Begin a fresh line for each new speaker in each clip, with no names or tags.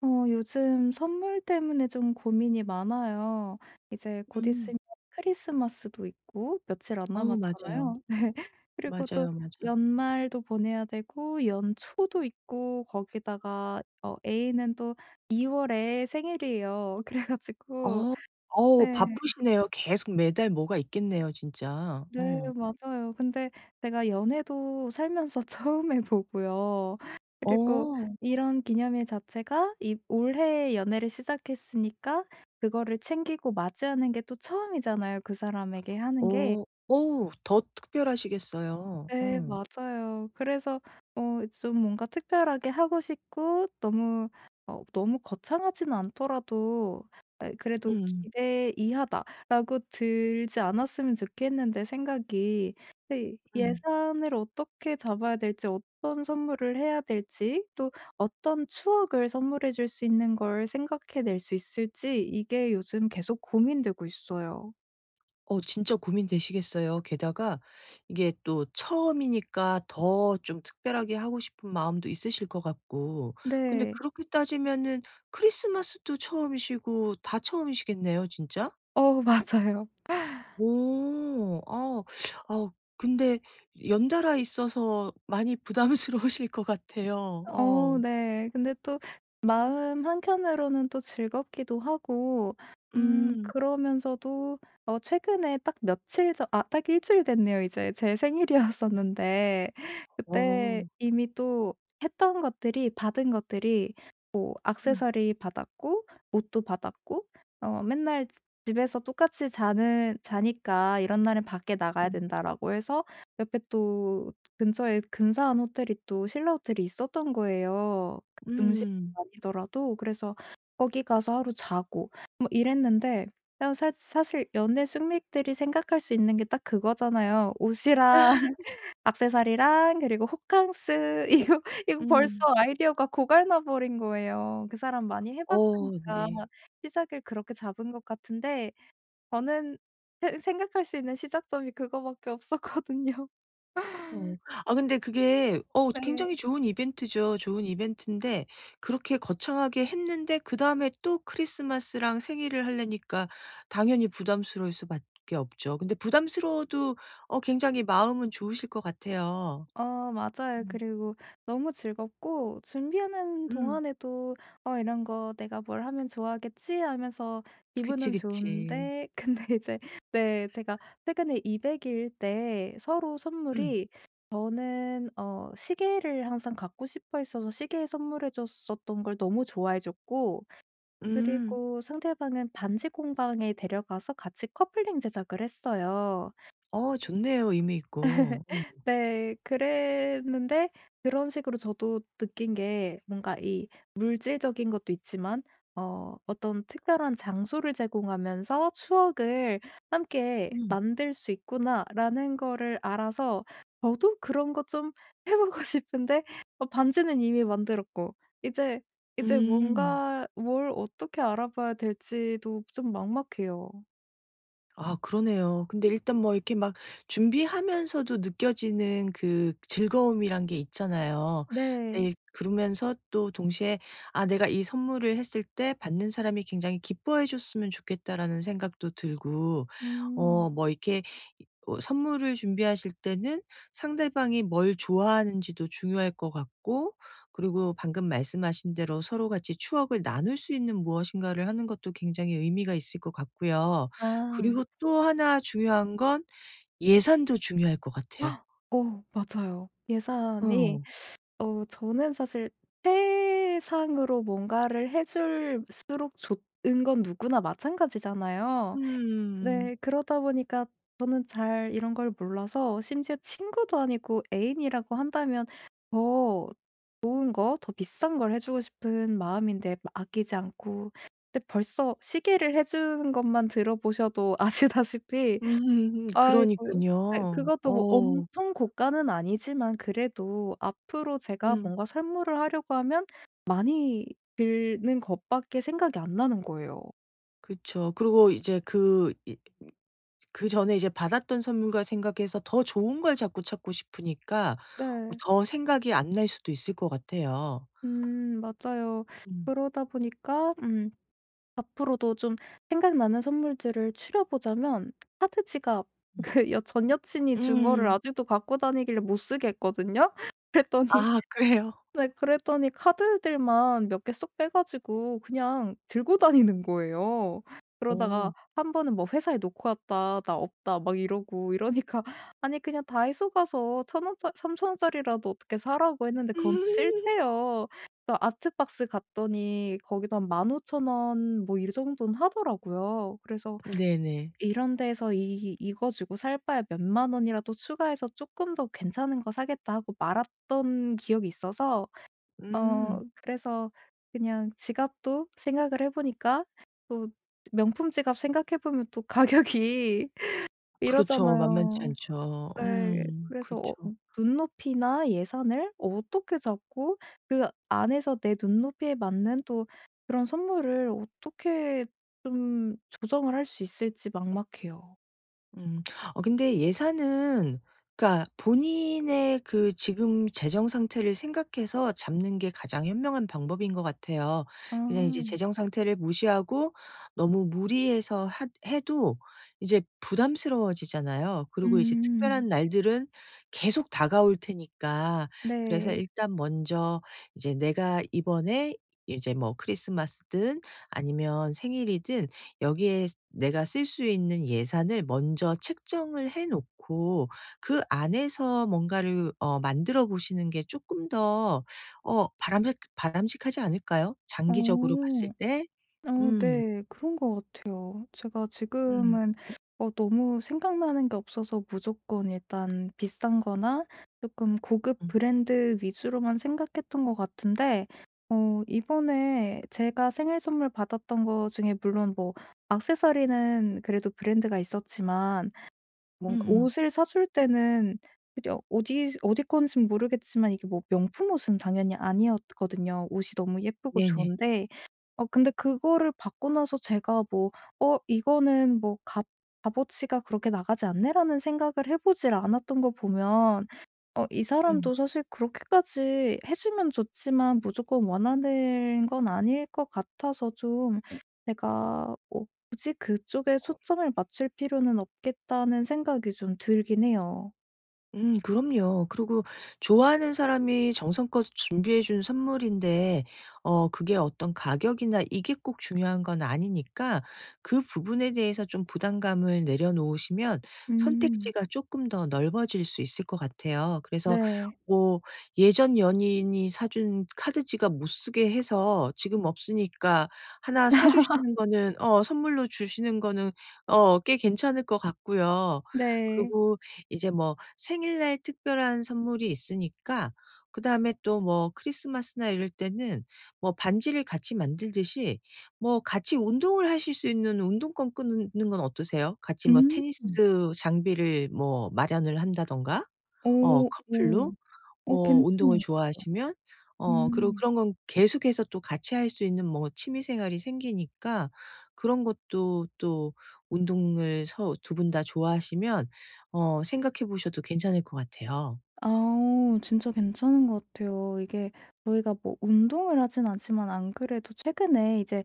요즘 선물 때문에 좀 고민이 많아요. 이제 곧
음.
있으면 크리스마스도 있고, 며칠 안
어 맞아요.
남았잖아요. 그리고 또
맞아요, 맞아.
연말도 보내야 되고, 연초도 있고, 거기다가 애인은 또 2월에 생일이에요. 그래가지고,
어. 어우 바쁘시네요. 계속 매달 뭐가 있겠네요 진짜.
네
어.
맞아요. 근데 제가 연애도 살면서 처음 해 보고요. 그리고
어.
이런 기념일 자체가 이 올해 연애를 시작했으니까 그거를 챙기고 맞이하는 게 또 처음이잖아요, 그 사람에게 하는 게.
어. 어우 더 특별하시겠어요.
네
어.
맞아요. 그래서 좀 뭔가 특별하게 하고 싶고 너무 너무 거창하진 않더라도 그래도
음.
'기대 이하다.'라고 들지 않았으면 좋겠는데 생각이. 근데
음.
예산을 어떻게 잡아야 될지 어떤 선물을 해야 될지 또 어떤 추억을 선물해 줄 수 있는 걸 생각해 낼 수 있을지 이게 요즘 계속 고민되고 있어요.
어 진짜 고민되시겠어요. 게다가 이게 또 처음이니까 더 좀 특별하게 하고 싶은 마음도 있으실 것 같고. 근데
네.
그렇게 따지면은 크리스마스도 처음이시고 다 처음이시겠네요 진짜?
어 맞아요.
오. 아. 아 근데 연달아 있어서 많이 부담스러우실 것 같아요.
어
어.
네. 근데 또 마음 한켠으로는 또 즐겁기도 하고
음.
그러면서도 최근에 딱 며칠 전 아 딱 일 주일 됐네요 이제. 제
음.
생일이었었는데 그때
어.
이미 또 했던 것들이 받은 것들이 뭐
음.
액세서리 받았고 옷도 받았고 맨날 집에서 똑같이 자는 자니까 "이런 날은 밖에 나가야
음.
된다."라고 해서 옆에 또 근처에 근사한 호텔이 또 신라 호텔이 있었던 거예요. 중심
음.
아니더라도. 그래서 거기 가서 하루 자고 뭐 이랬는데 그냥 사 사실 연애 숙맥들이 생각할 수 있는 게 딱 그거잖아요. 옷이랑 액세서리랑 그리고 호캉스 이거, 이거 벌써
음.
아이디어가 고갈나 버린 거예요. 그 사람 많이 해
어
봤으니까
네.
시작을 그렇게 잡은 것 같은데 저는 생각할 수 있는 시작점이 그거밖에 없었거든요.
어. 아 근데 그게 어
네.
굉장히 좋은 이벤트죠. 좋은 이벤트인데 그렇게 거창하게 했는데 그다음에 또 크리스마스랑 생일을 하려니까 당연히 부담스러울 수밖에 없죠. 근데 부담스러워도 어 굉장히 마음은 좋으실 것 같아요.
맞아요.
음.
그리고 너무 즐겁고 준비하는
음.
동안에도 '어 이런 거 내가 뭘 하면 좋아하겠지.' 하면서
그치,
기분은
그치.
좋은데 근데 이제 네 제가 최근에 200일 때 서로
음.
선물이 저는 시계를 항상 갖고 싶어 있어서 시계 선물해 줬었던 걸 너무 좋아해 줬고
음.
그리고 상대방은 반지 공방에 데려가서 같이 커플링 제작을 했어요.
어 좋네요 의미 있고. 음.
네. 그랬는데 그런 식으로 저도 느낀 게 뭔가 이 물질적인 것도 있지만 어떤 특별한 장소를 제공하면서 '추억을 함께
음.
만들 수 있구나.'라는 거를 알아서 저도 그런 거 좀 해 보고 싶은데 반지는 이미 만들었고 이제 이제
음.
뭔가 뭘 어떻게 알아봐야 될지도 좀 막막해요.
아 그러네요. 근데 일단 뭐 이렇게 막 준비하면서도 느껴지는 그 즐거움이란 게 있잖아요.
네.
네 그러면서 또 동시에 '아 내가 이 선물을 했을 때 받는 사람이 굉장히 기뻐해 줬으면 좋겠다.'라는 생각도 들고
음.
어 뭐 이렇게 이 어 선물을 준비하실 때는 상대방이 뭘 좋아하는지도 중요할 것 같고 그리고 방금 말씀하신 대로 서로 같이 추억을 나눌 수 있는 무엇인가를 하는 것도 굉장히 의미가 있을 것 같고요.
아.
그리고 또 하나 중요한 건 예산도 중요할 것 같아요.
어 맞아요. 예산이
어.
저는 사실 세상으로 뭔가를 해 줄수록 좋은 건 누구나 마찬가지잖아요.
음.
네 그러다 보니까 저는 잘 이런 걸 몰라서 심지어 친구도 아니고 애인이라고 한다면 더 좋은 거 더 비싼 걸 해 주고 싶은 마음인데 아끼지 않고 근데 벌써 시계를 해 주는 것만 들어보셔도 아시다시피 아이고. 네
그러니깐요.
그것도 뭐
어.
엄청 고가는 아니지만 그래도 앞으로 제가
음.
뭔가 선물을 하려고 하면 많이 드는 것밖에 생각이 안 나는 거예요.
그쵸. 그리고 이제 그 이 그전에 이제 받았던 선물과 생각해서 더 좋은 걸 자꾸 찾고 싶으니까
네.
더 생각이 안 날 수도 있을 것 같아요.
맞아요.
음.
그러다 보니까 앞으로도 좀 생각나는 선물들을 추려 보자면 하드 지갑
음.
그 여 전 여친이 준 거를
음.
아직도 갖고 다니길래 못 쓰게 했거든요. 그랬더니
아 그래요?
네 그랬더니 카드들만 몇 개 쏙 빼 가지고 그냥 들고 다니는 거예요. 그러다가
어.
한 번은 뭐 "회사에 놓고 왔다. 나 없다." 막 이러고 이러니까 "아니 그냥 다이소 가서 천 원짜 3천 원짜리라도 어떻게 사라고." 했는데 그건 또 싫대요. 그래서 아트박스 갔더니 거기도 한 15,000원 뭐 이 정도는 하더라고요. 그래서
네네.
이런 데에서 이 이거 주고 살 바에 몇만 원이라도 추가해서 조금 더 괜찮은 거 사겠다 하고 말았던 기억이 있어서
음.
그래서 그냥 지갑도 생각을 해 보니까 또 명품 지갑 생각해 보면 또 가격이
그렇죠. 만만치
이러잖아요.
않죠.
네.
음.
그래서
그쵸.
눈높이나 예산을 어떻게 잡고 그 안에서 내 눈높이에 맞는 또 그런 선물을 어떻게 좀 조정을 할 수 있을지 막막해요.
음. 어 근데 예산은 그러니까 본인의 그 지금 재정 상태를 생각해서 잡는 게 가장 현명한 방법인 것 같아요. 그냥 이제
아.
재정 상태를 무시하고 너무 무리해서 하 해도 이제 부담스러워지잖아요. 그리고 이제 특별한
음.
날들은 계속 다가올 테니까 그래서
네.
일단 먼저 이제 내가 이번에 이제 뭐 크리스마스든 아니면 생일이든 여기에 내가 쓸 수 있는 예산을 먼저 책정을 해 놓고 그 안에서 뭔가를 어 만들어 보시는 게 쪼끔 더 어 바람직하지 않을까요?
어.
장기적으로 봤을 때?
어
음.
네. 그런 것 같아요. 제가
음.
지금은 너무 생각나는 게 없어서 무조건 일단 비싼 거나 조금 고급
음.
브랜드 위주로만 생각했던 것 같은데 이번에 제가 생일 선물 받았던 거 중에 물론 뭐 액세서리는 그래도 브랜드가 있었지만 뭔가
음음.
옷을 사줄 때는 그 어디 어디 건진 모르겠지만 이게 뭐 명품 옷은 당연히 아니었거든요. 옷이 너무 예쁘고
네네.
좋은데 근데 그거를 받고 나서 제가 뭐 '어 이거는 뭐 값 값어치가 그렇게 나가지 않네.'라는 생각을 해 보질 않았던 거 보면 이
음.
사람도 사실 그렇게까지 해 주면 좋지만 무조건 원하는 건 아닐 것 같아서 좀 내가 뭐 '굳이 그쪽에 초점을 맞출 필요는 없겠다.'는 생각이 좀 들긴 해요.
그럼요. 그리고 좋아하는 사람이 정성껏 준비해 준 선물인데 어 그게 어떤 가격이나 이게 꼭 중요한 건 아니니까 그 부분에 대해서 좀 부담감을 내려놓으시면
음.
선택지가 조금 더 넓어질 수 있을 것 같아요. 그래서
네.
뭐 예전 연인이 사준 카드지가 못 쓰게 해서 지금 없으니까 하나 사 주시는 거는 어 선물로 주시는 거는 어 꽤 괜찮을 것 같고요.
네.
그리고 이제 뭐 생일날 특별한 선물이 있으니까 그다음에 또 뭐 크리스마스나 이럴 때는 뭐 반지를 같이 만들듯이 뭐 같이 운동을 하실 수 있는 운동권 끊는 건 어떠세요? 같이 뭐
음.
테니스 장비를 뭐 마련을 한다든가
오
어
오
커플로
오
뭐 운동을
괜찮은 것 같아요.
좋아하시면 어 그리고
음.
그런 건 계속해서 또 같이 할 수 있는 뭐 취미 생활이 생기니까 그런 것도 또 운동을 서 두 분 다 좋아하시면 어 생각해 보셔도 괜찮을 것 같아요.
아 진짜 괜찮은 것 같아요. 이게 저희가 뭐 운동을 하진 않지만 안 그래도 최근에 이제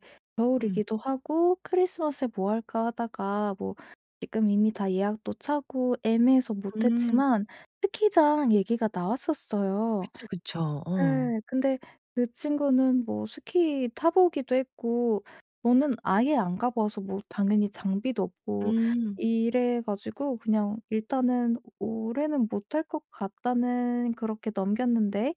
음.
겨울이기도 하고 '크리스마스에 뭐 할까?' 하다가 뭐 지금 이미 다 예약도 차고 애매해서 못
음.
했지만 스키장 얘기가 나왔었어요.
그쵸, 그쵸. 어.
예. 근데 그 친구는 뭐 스키 타 보기도 했고 저는 아예 안 가 봐서 뭐 당연히 장비도 없고
음.
이래 가지고 그냥 일단은 '올해는 못할 것 같다.'는 그렇게 넘겼는데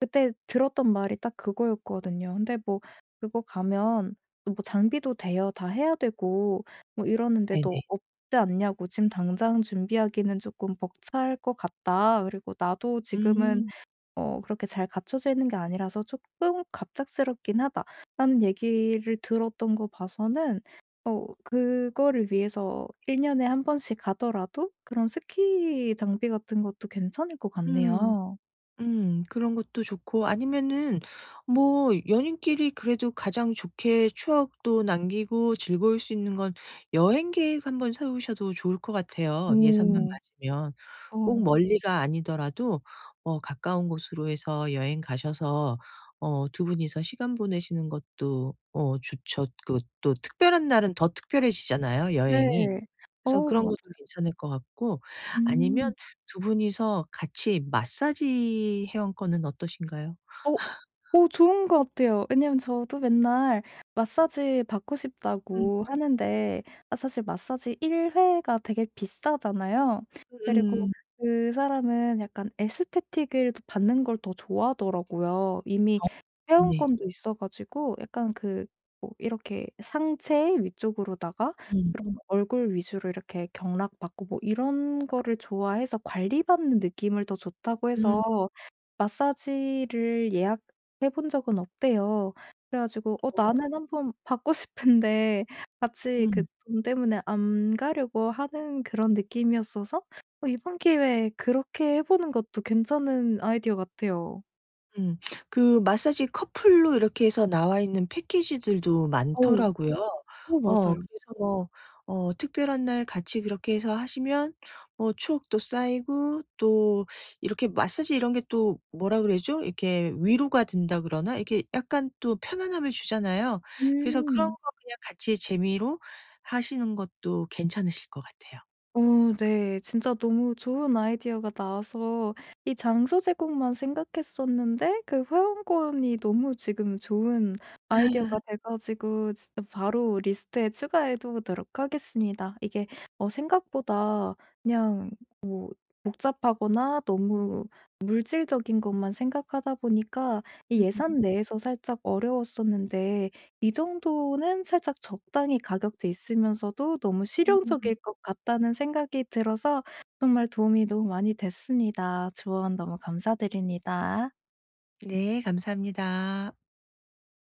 그때 들었던 말이 딱 그거였거든요. 근데 뭐 그거 가면 뭐 장비도 대여 다 해야 되고 뭐 이러는데 "너
네네.
없지 않냐."고 "지금 당장 준비하기는 조금 벅찰 것 같다. 그리고 나도 지금은
음.
그렇게 잘 갖춰져 있는 게 아니라서 조금 갑작스럽긴 하다.'라는 얘기를 들었던 거 봐서는 그거를 위해서 1년 년에 한 번씩 가더라도 그런 스키 장비 같은 것도 괜찮을 것
음.
같네요.
그런 것도 좋고 아니면은 뭐 연인끼리 그래도 가장 좋게 추억도 남기고 즐거울 수 있는 건 여행 계획 한번 세우셔도 좋을 것 같아요, 예산만
오.
맞으면. 꼭
어
멀리가 아니더라도 어 가까운 곳으로 해서 여행 가셔서 어 두 분이서 시간 보내시는 것도 어 좋죠. 그 또 특별한 날은 더 특별해지잖아요,
네.
여행이. 그래서
어
그런
맞아요.
것도 괜찮을 것 같고
음.
아니면 두 분이서 같이 마사지 회원권은 어떠신가요?
어. 좋은 것 같아요. 왜냐면 저도 맨날 마사지 받고
음.
싶다고 하는데 아 사실 마사지 1회 회가 되게 비싸잖아요. 그리고
음음.
그 사람은 약간 에스테틱을 또 받는 걸 더 좋아하더라고요. 이미
네네.
회원권도 있어 가지고 약간 그 뭐 이렇게 상체 위쪽으로다가
음.
그런 얼굴 위주로 이렇게 경락 받고 뭐 이런 거를 좋아해서 관리받는 느낌을 더 좋다고 해서
음.
마사지를 예약해 본 적은 없대요. 그래 가지고 어 네. 나는 한번 받고 싶은데 같이 그
음.
돈 때문에 안 가려고 하는 그런 느낌이었어서 이번 기회에 그렇게 해 보는 것도 괜찮은 아이디어 같아요.
음. 그 마사지 커플로 이렇게 해서 나와 있는 패키지들도
어.
많더라고요.
어
어
맞아요.
그래서 뭐 어 특별한 날 같이 그렇게 해서 하시면 뭐 추억도 쌓이고 또 이렇게 마사지 이런 게 또 뭐라 그러죠? 이렇게 위로가 된다 그러나? 이렇게 약간 또 편안함을 주잖아요. 그래서 그런
음.
거 그냥 같이 재미로 하시는 것도 괜찮으실 것 같아요.
어 네. 진짜 너무 좋은 아이디어가 나와서 이 장소 제공만 생각했었는데 그 회원권이 너무 지금 좋은 아이디어가 돼 가지고 진짜 바로 리스트에 추가해 두도록 하겠습니다. 이게 생각보다 그냥 뭐 복잡하거나 너무 물질적인 것만 생각하다 보니까 이 예산 내에서 살짝 어려웠었는데 이 정도는 살짝 적당히 가격대 있으면서도 너무
음.
실용적일 것 같다는 생각이 들어서 정말 도움이 너무 많이 됐습니다. 조언 너무 감사드립니다.
네 감사합니다.